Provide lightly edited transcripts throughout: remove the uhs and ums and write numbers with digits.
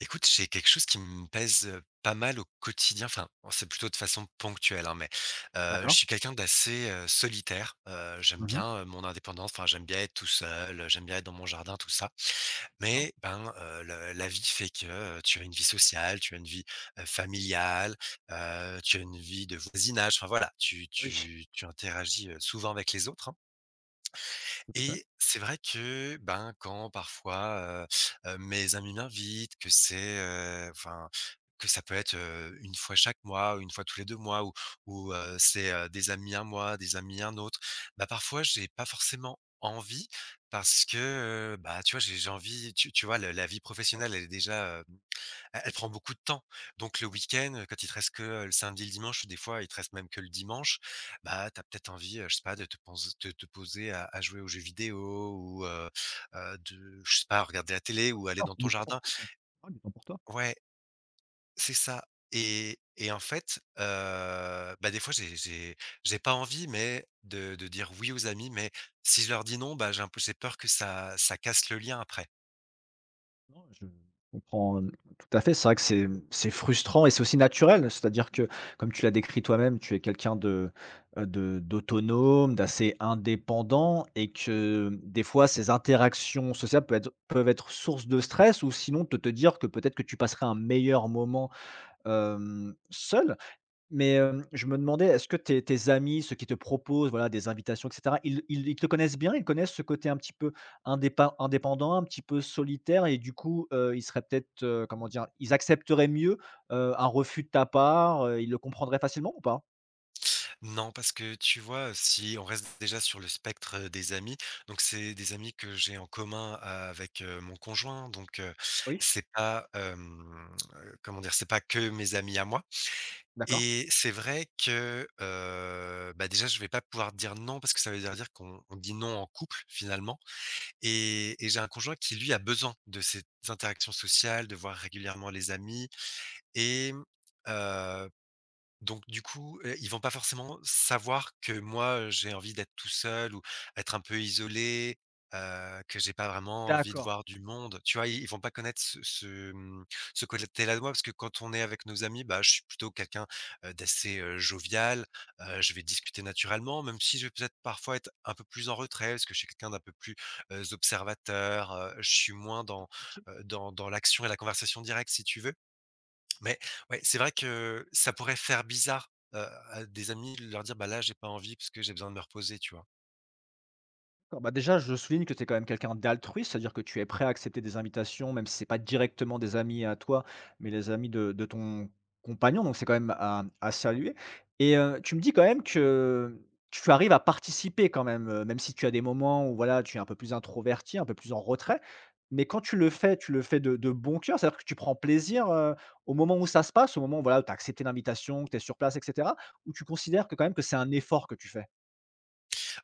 Écoute, j'ai quelque chose qui me pèse, pas mal au quotidien, enfin, bon, c'est plutôt de façon ponctuelle, hein, mais, je D'accord. suis quelqu'un d'assez, solitaire, j'aime Mmh. bien, mon indépendance, enfin, j'aime bien être tout seul, j'aime bien être dans mon jardin, tout ça. D'accord. Mais, ben, le la vie fait que, tu as une vie sociale, tu as une vie, familiale, tu as une vie de voisinage, enfin, voilà, tu Oui. tu tu interagis, souvent avec les autres, hein. Tout à fait. Et c'est vrai que, ben, quand parfois, mes amis m'invitent, que c'est, enfin, que ça peut être, 1 fois chaque mois ou 1 fois tous les 2 mois ou c'est, des amis un mois, des amis un autre, bah, parfois j'ai pas forcément envie parce que, bah, tu vois, j'ai envie, tu vois, le la vie Ouais. professionnelle, elle est déjà, E elle prend beaucoup de temps. Donc le week-end, quand il te reste que, le samedi, le dimanche, ou des fois il te reste même que le dimanche, bah, t'as peut-être envie, je sais pas, de te pense de te poser à jouer aux jeux vidéo, ou, de, je sais pas, regarder la télé ou aller D'accord, dans ton du temps pour jardin. toi, quoi. Ouais, du temps pour toi. Ouais, c'est ça. Et en fait, bah, des fois, j'ai pas envie, mais de dire oui aux amis, mais si je leur dis non, bah, j'ai peur que ça casse le lien après. Non, je comprends, tout à fait. C'est vrai que c'est, c'est frustrant et c'est aussi naturel. C'est-à-dire que, comme tu l'as décrit toi-même, tu es quelqu'un de, d'autonome, d'assez indépendant et que, des fois, ces interactions sociales peuvent être source de stress ou sinon de te dire que peut-être que tu passerais un meilleur moment, seul. Mais, je me demandais, est-ce que tes amis, ceux qui te proposent, voilà, des invitations et cetera, ils te connaissent bien? Ils connaissent ce côté un petit peu indépa indépendant, un petit peu solitaire et du coup, ils seraient peut-être, comment dire? Ils accepteraient mieux, un refus de ta part, ils le comprendraient facilement ou pas? Non, parce que tu vois, si on reste déjà sur le spectre des amis, donc c'est des amis que j'ai en commun avec, mon conjoint, donc, Oui, c'est pas, comment dire? C'est pas que mes amis à moi. d'accord. Et c'est vrai que, bah, déjà, je vais pas pouvoir dire non parce que ça veut dire qu'on dit non en couple, finalement. Et j'ai un conjoint qui, lui, a besoin de ces interactions sociales, de voir régulièrement les amis, et hem, donc du coup, ils vont pas forcément savoir que moi, j'ai envie d'être tout seul ou être un peu isolé, que j'ai pas vraiment envie de D'accord. voir du monde. Tu vois? Ils vont pas connaître ce côté-là de moi parce que quand on est avec nos amis, bah, je suis plutôt quelqu'un, d'assez, jovial, je vais discuter naturellement, même si je vais peut-être parfois être un peu plus en retrait parce que je suis quelqu'un d'un peu plus, observateur, je suis moins dans l'action et la conversation directe, si tu veux. Mais ouais, c'est vrai que ça pourrait faire bizarre, à des amis, de leur dire: «Bah, là, j'ai pas envie parce que j'ai besoin de me reposer», tu vois? D'accord, bah, déjà, je souligne que tu es quand même quelqu'un d'altruiste, c'est-à-dire que tu es prêt à accepter des invitations, même si c'est pas directement des amis à toi, mais les amis de ton compagnon, donc c'est quand même à saluer. Et tu me dis quand même que tu arrives à participer quand même, même si tu as des moments où voilà, tu es un peu plus introverti, un peu plus en retrait. Mais quand tu le fais de bon cœur, c'est-à-dire que tu prends plaisir au moment où ça se passe, au moment voilà, où voilà, tu as accepté l'invitation, que tu es sur place, etc. Ou tu considères que quand même que c'est un effort que tu fais.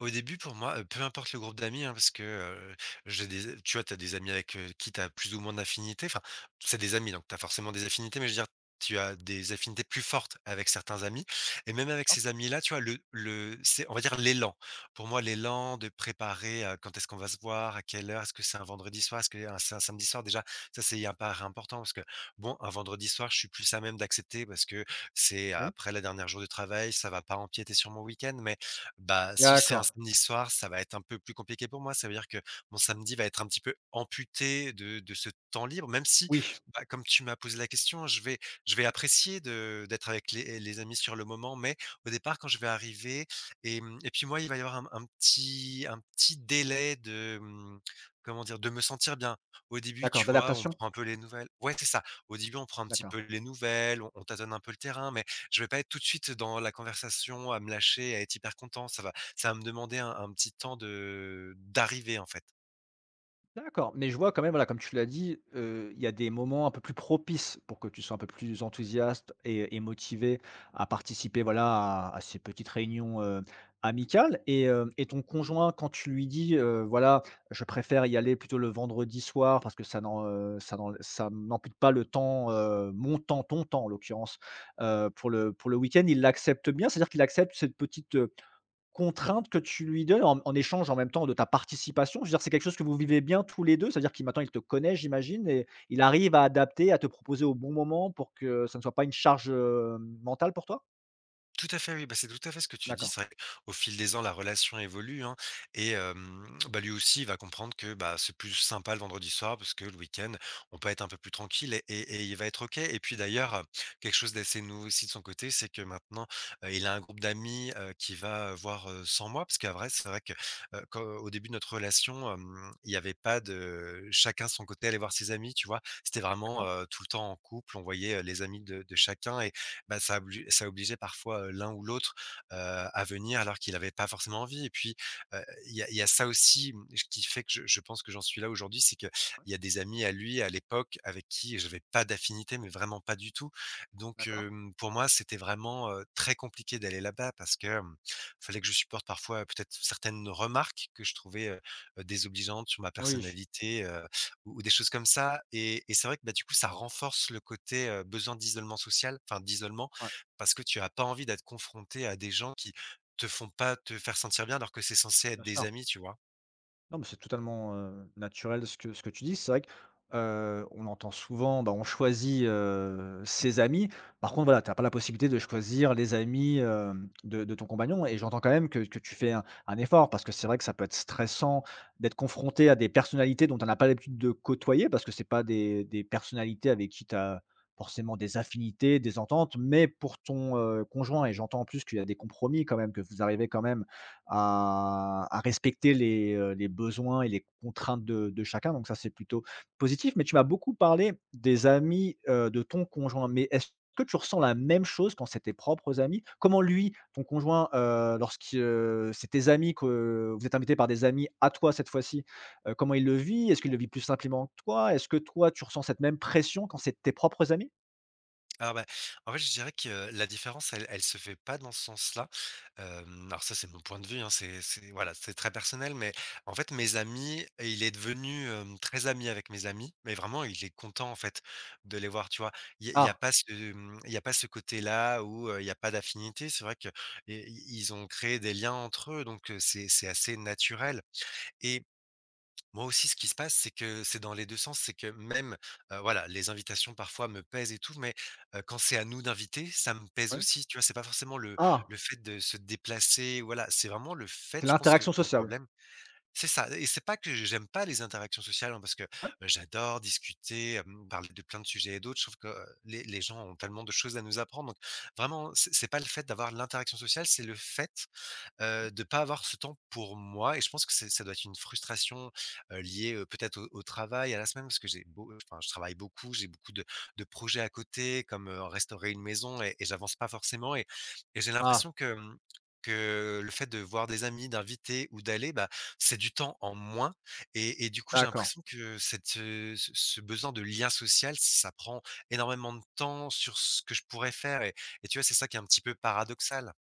Au début, pour moi, peu importe le groupe d'amis, hein, parce que, j'ai des tu vois, tu as des amis avec, qui tu as plus ou moins d'affinités. Enfin, c'est des amis, donc tu as forcément des affinités, mais je veux dire, tu as des affinités plus fortes avec certains amis, et même avec Hein. ces amis-là, tu vois, le c'est, on va dire, l'élan. Pour moi, l'élan de préparer, quand est-ce qu'on va se voir, à quelle heure, est-ce que c'est un vendredi soir, est-ce que un c'est un samedi soir? Déjà, ça, c'est hyper important parce que, bon, un vendredi soir, je suis plus à même d'accepter parce que c'est Oui. après la dernière jour de travail, ça va pas empiéter sur mon week-end, mais, bah, si c'est un D'accord. samedi soir, ça va être un peu plus compliqué pour moi. Ça veut dire que mon samedi va être un petit peu amputé de ce temps libre, même si, Oui. bah, comme tu m'as posé la question, je vais apprécier de d'être avec les amis sur le moment, mais au départ, quand je vais arriver, et puis moi, il va y avoir un petit délai de, comment dire? De me sentir bien. Au début, D'accord, tu vois, on d'adaptation? prend un peu les nouvelles, ouais, c'est ça. Au début, on prend un petit D'accord. peu les nouvelles, on tâtonne un peu le terrain, mais je vais pas être tout de suite dans la conversation à me lâcher, à être hyper content. Ça va me demander un petit temps de d'arriver, en fait. D'accord, mais je vois quand même, voilà, comme tu l'as dit, il y a des moments un peu plus propices pour que tu sois un peu plus enthousiaste et motivé à participer, voilà, à ces petites réunions, amicales et ton conjoint, quand tu lui dis: «Voilà, je préfère y aller plutôt le vendredi soir parce que ça n'ampute pas le temps, mon temps, ton temps en l'occurrence, pour le week-end», il l'accepte bien? C'est-à-dire qu'il accepte cette petite, contrainte que tu lui donnes en échange en même temps de ta participation? Je veux dire, c'est quelque chose que vous vivez bien tous les 2. C'est-à-dire qu'il maintenant il te connaît j'imagine et il arrive à adapter, à te proposer au bon moment pour que ça ne soit pas une charge, mentale pour toi? Tout à fait, oui, bah, c'est tout à fait ce que tu dis. D'accord, C'est vrai qu'au fil des ans, la relation évolue, hein, bah, lui aussi, il va comprendre que, bah, c'est plus sympa le vendredi soir parce que le week-end on peut être un peu plus tranquille, et il va être OK. Et puis d'ailleurs, quelque chose d'assez nouveau aussi de son côté, c'est que maintenant, il a un groupe d'amis, qu'il va voir, sans moi, parce qu'à vrai c'est vrai que, quand au début de notre relation, il y avait pas de chacun son côté aller voir ses amis, tu vois? C'était vraiment, d'accord, tout le temps en couple, on voyait, les amis de chacun. Bah, ça obligeait parfois, l'un ou l'autre, à venir alors qu'il n'avait pas forcément envie. Et puis, il y a ça aussi, qui fait que je pense que j'en suis là aujourd'hui. C'est qu'il y a des amis à lui, à l'époque, avec qui je n'avais pas d'affinité, mais vraiment, pas du tout. Donc, d'accord. Pour moi, c'était vraiment, très compliqué d'aller là-bas parce que, fallait que je supporte parfois, peut-être certaines remarques que je trouvais, désobligeantes sur ma Oui, personnalité, ou des choses comme ça. Et c'est vrai que, bah, du coup, ça renforce le côté, besoin d'isolement social, enfin, d'isolement, ouais, parce que tu as pas envie d'être confronté à des gens qui te font pas te faire sentir bien alors que c'est censé être bien des sûr. amis, tu vois? Non, mais c'est totalement, naturel ce que tu dis. C'est vrai que, on entend souvent, bah, on choisit, ses amis. Par contre, voilà, tu as pas la possibilité de choisir les amis, de ton compagnon et j'entends quand même que tu fais un effort parce que c'est vrai que ça peut être stressant d'être confronté à des personnalités dont on n'a pas l'habitude de côtoyer parce que c'est pas des personnalités avec qui tu as forcément des affinités, des ententes. Mais pour ton conjoint et j'entends en plus qu'il y a des compromis quand même, que vous arrivez quand même à respecter les besoins et les contraintes de chacun, donc ça, c'est plutôt positif. Mais tu m'as beaucoup parlé des amis, de ton conjoint, mais est-ce que tu ressens la même chose quand c'est tes propres amis? Comment lui, ton conjoint, lorsque, c'est tes amis que vous êtes invités par des amis à toi cette fois-ci, comment il le vit? Est-ce qu'il le vit plus simplement que toi? Est-ce que toi, tu ressens cette même pression quand c'est tes propres amis? Alors, bah, en fait, je dirais que, la différence, elle se fait pas dans ce sens-là. Alors ça, c'est mon point de vue, hein, c'est, voilà, c'est très personnel, mais en fait, mes amis, et il est devenu, très ami avec mes amis, mais vraiment, il est content, en fait, de les voir, tu vois? Il y a Ah, pas ce, il y a pas ce côté-là où, il y a pas d'affinité. C'est vrai que, i ils ont créé des liens entre eux, donc, c'est assez naturel. Et moi aussi, ce qui se passe, c'est que c'est dans les 2 sens. C'est que même, voilà, les invitations parfois me pèsent et tout, mais, quand c'est à nous d'inviter, ça me pèse ouais. aussi, tu vois? C'est pas forcément le Ah, le fait de se déplacer, voilà, c'est vraiment le fait, c'est je pense que l'interaction mon sociale. problème, c'est ça. Et c'est pas que j'aime pas les interactions sociales, hein, parce que, Ouais, j'adore discuter, parler de plein de sujets et d'autres. Je trouve que, les gens ont tellement de choses à nous apprendre, donc vraiment, c'est pas le fait d'avoir l'interaction sociale, c'est le fait, ouais. De pas avoir ce temps pour moi. Et je pense que c'est ça doit être une frustration, liée, peut-être, au travail, à la semaine, parce que j'ai beau, enfin, je travaille beaucoup, j'ai beaucoup de projets à côté, comme, restaurer une maison, et j'avance pas forcément. Et j'ai Ah, l'impression que, que le fait de voir des amis, d'inviter ou d'aller, bah, c'est du temps en moins. Et du coup, j'ai d'accord. l'impression que cette, ce ce besoin de lien social, ça prend énormément de temps sur ce que je pourrais faire. Et tu vois, c'est ça qui est un petit peu paradoxal.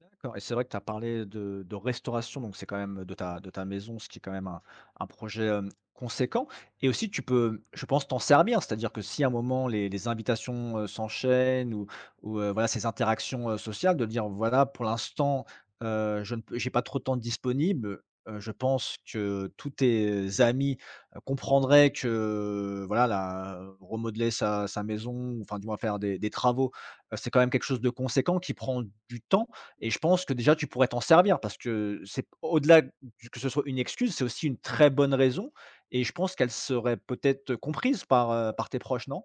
D'accord et c'est vrai que tu as parlé de restauration, donc c'est quand même de ta maison, ce qui est quand même un projet, conséquent et aussi tu peux, je pense, t'en servir. C'est-à-dire que si à un moment les invitations, s'enchaînent ou voilà ces interactions, sociales de dire: «Voilà pour l'instant, je ne peux j'ai pas trop de temps disponible», je pense que tous tes amis, comprendraient que voilà la remodeler sa maison, enfin du moins faire des travaux, c'est quand même quelque chose de conséquent qui prend du temps et je pense que déjà tu pourrais t'en servir parce que c'est au-delà du que ce soit une excuse, c'est aussi une très bonne raison et je pense qu'elle serait peut-être comprise par tes proches, non?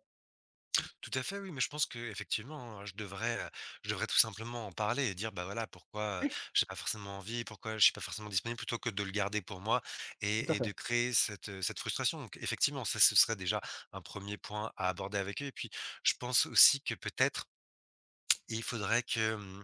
Tout à fait, oui, mais je pense que qu'effectivement, je devrais tout simplement en parler et dire: «Bah, voilà, pourquoi, Oui, j'ai pas forcément envie, pourquoi je suis pas forcément disponible», plutôt que de le garder pour moi, tout et à fait. de créer cette, cette frustration. Donc, effectivement, ça, ce serait déjà un premier point à aborder avec eux. Et puis, je pense aussi que peut-être, et il faudrait que, mmh,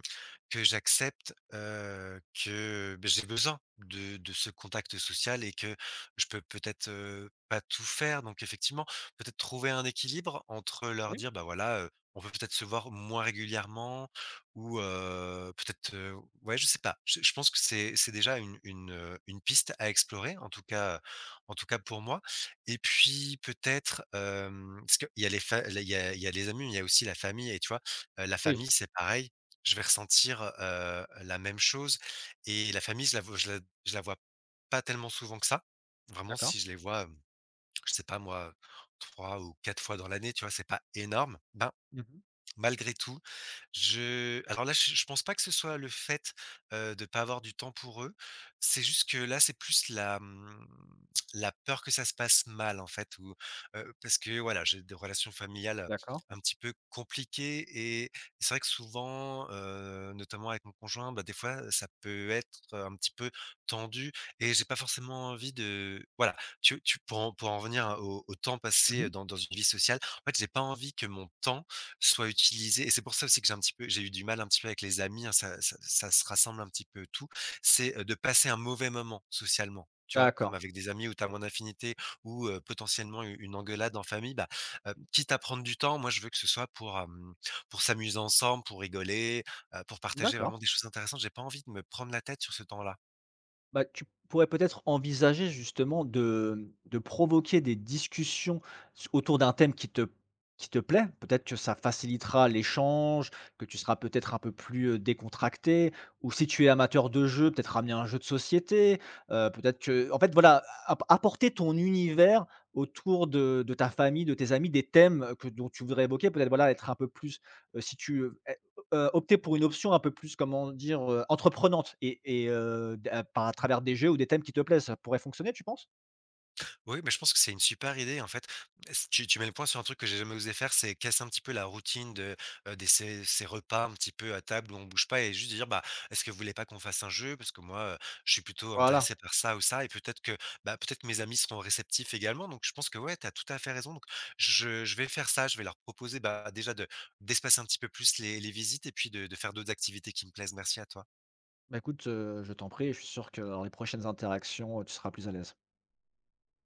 que j'accepte, que, beh, j'ai besoin de ce contact social, et que je peux peut-être, pas tout faire. Donc, effectivement, peut-être trouver un équilibre entre leur Oui, dire: «Bah, voilà, on peut peut-être se voir moins régulièrement», ou, ouais, je sais pas. Je pense que c'est déjà, une une piste à explorer, en tout cas pour moi. Et puis peut-être, parce qu'il y a il y a les amis, mais il y a aussi la famille, et tu vois? La oui, famille, c'est pareil. Je vais ressentir, la même chose. Et la famille, je la vois pas tellement souvent que ça. Vraiment, d'accord. si je les vois, je sais pas moi, 3 ou 4 fois dans l'année, tu vois? C'est pas énorme. Ben, Mmh. malgré tout, je alors là, je pense pas que ce soit le fait, de pas avoir du temps pour eux. C'est juste que là, c'est plus la peur que ça se passe mal, en fait, ou, parce que, voilà, j'ai des relations familiales D'accord. un petit peu compliquées. Et c'est vrai que souvent, notamment avec mon conjoint, bah, des fois, ça peut être un petit peu tendu, et j'ai pas forcément envie de, voilà, tu pour en revenir au temps passé Mmh. Dans une vie sociale, en fait, j'ai pas envie que mon temps soit utilisé. Et c'est pour ça aussi que j'ai eu du mal un petit peu avec les amis, hein, ça se rassemble un petit peu tout. C'est, de passer un mauvais moment socialement, tu vois? Comme D'accord. avec des amis où tu as moins d'affinité, ou, potentiellement, u une engueulade en famille. Bah, quitte à prendre du temps, moi je veux que ce soit pour, pour s'amuser ensemble, pour rigoler, pour partager D'accord. vraiment des choses intéressantes. J'ai pas envie de me prendre la tête sur ce temps-là. Bah, tu pourrais peut-être envisager justement de provoquer des discussions autour d'un thème qui te plaît. Peut-être que ça facilitera l'échange, que tu seras peut-être un peu plus décontracté. Ou si tu es amateur de jeu, peut-être ramener un jeu de société. Peut-être que, en fait, voilà, apporter ton univers autour de ta famille, de tes amis, des thèmes dont tu voudrais évoquer. Peut-être voilà, être un peu plus, si tu opter pour une option un peu plus, comment dire? Entreprenante et d à par à travers des jeux ou des thèmes qui te plaisent, ça pourrait fonctionner, tu penses? Oui, mais je pense que c'est une super idée, en fait. Tu mets le point sur un truc que j'ai jamais osé faire, c'est casser un petit peu la routine de ces repas un petit peu à table où on bouge pas, et juste dire: bah, est-ce que vous voulez pas qu'on fasse un jeu, parce que moi, je suis plutôt intéressé Voilà. par ça ou ça, et peut-être que, mes amis seront réceptifs également. Donc je pense que, ouais, tu as tout à fait raison. Donc je vais faire ça, je vais leur proposer, bah, déjà, de d'espacer un petit peu plus les visites, et puis de faire d'autres activités qui me plaisent. Merci à toi. Bah, écoute, je t'en prie, je suis sûr que dans les prochaines interactions, tu seras plus à l'aise.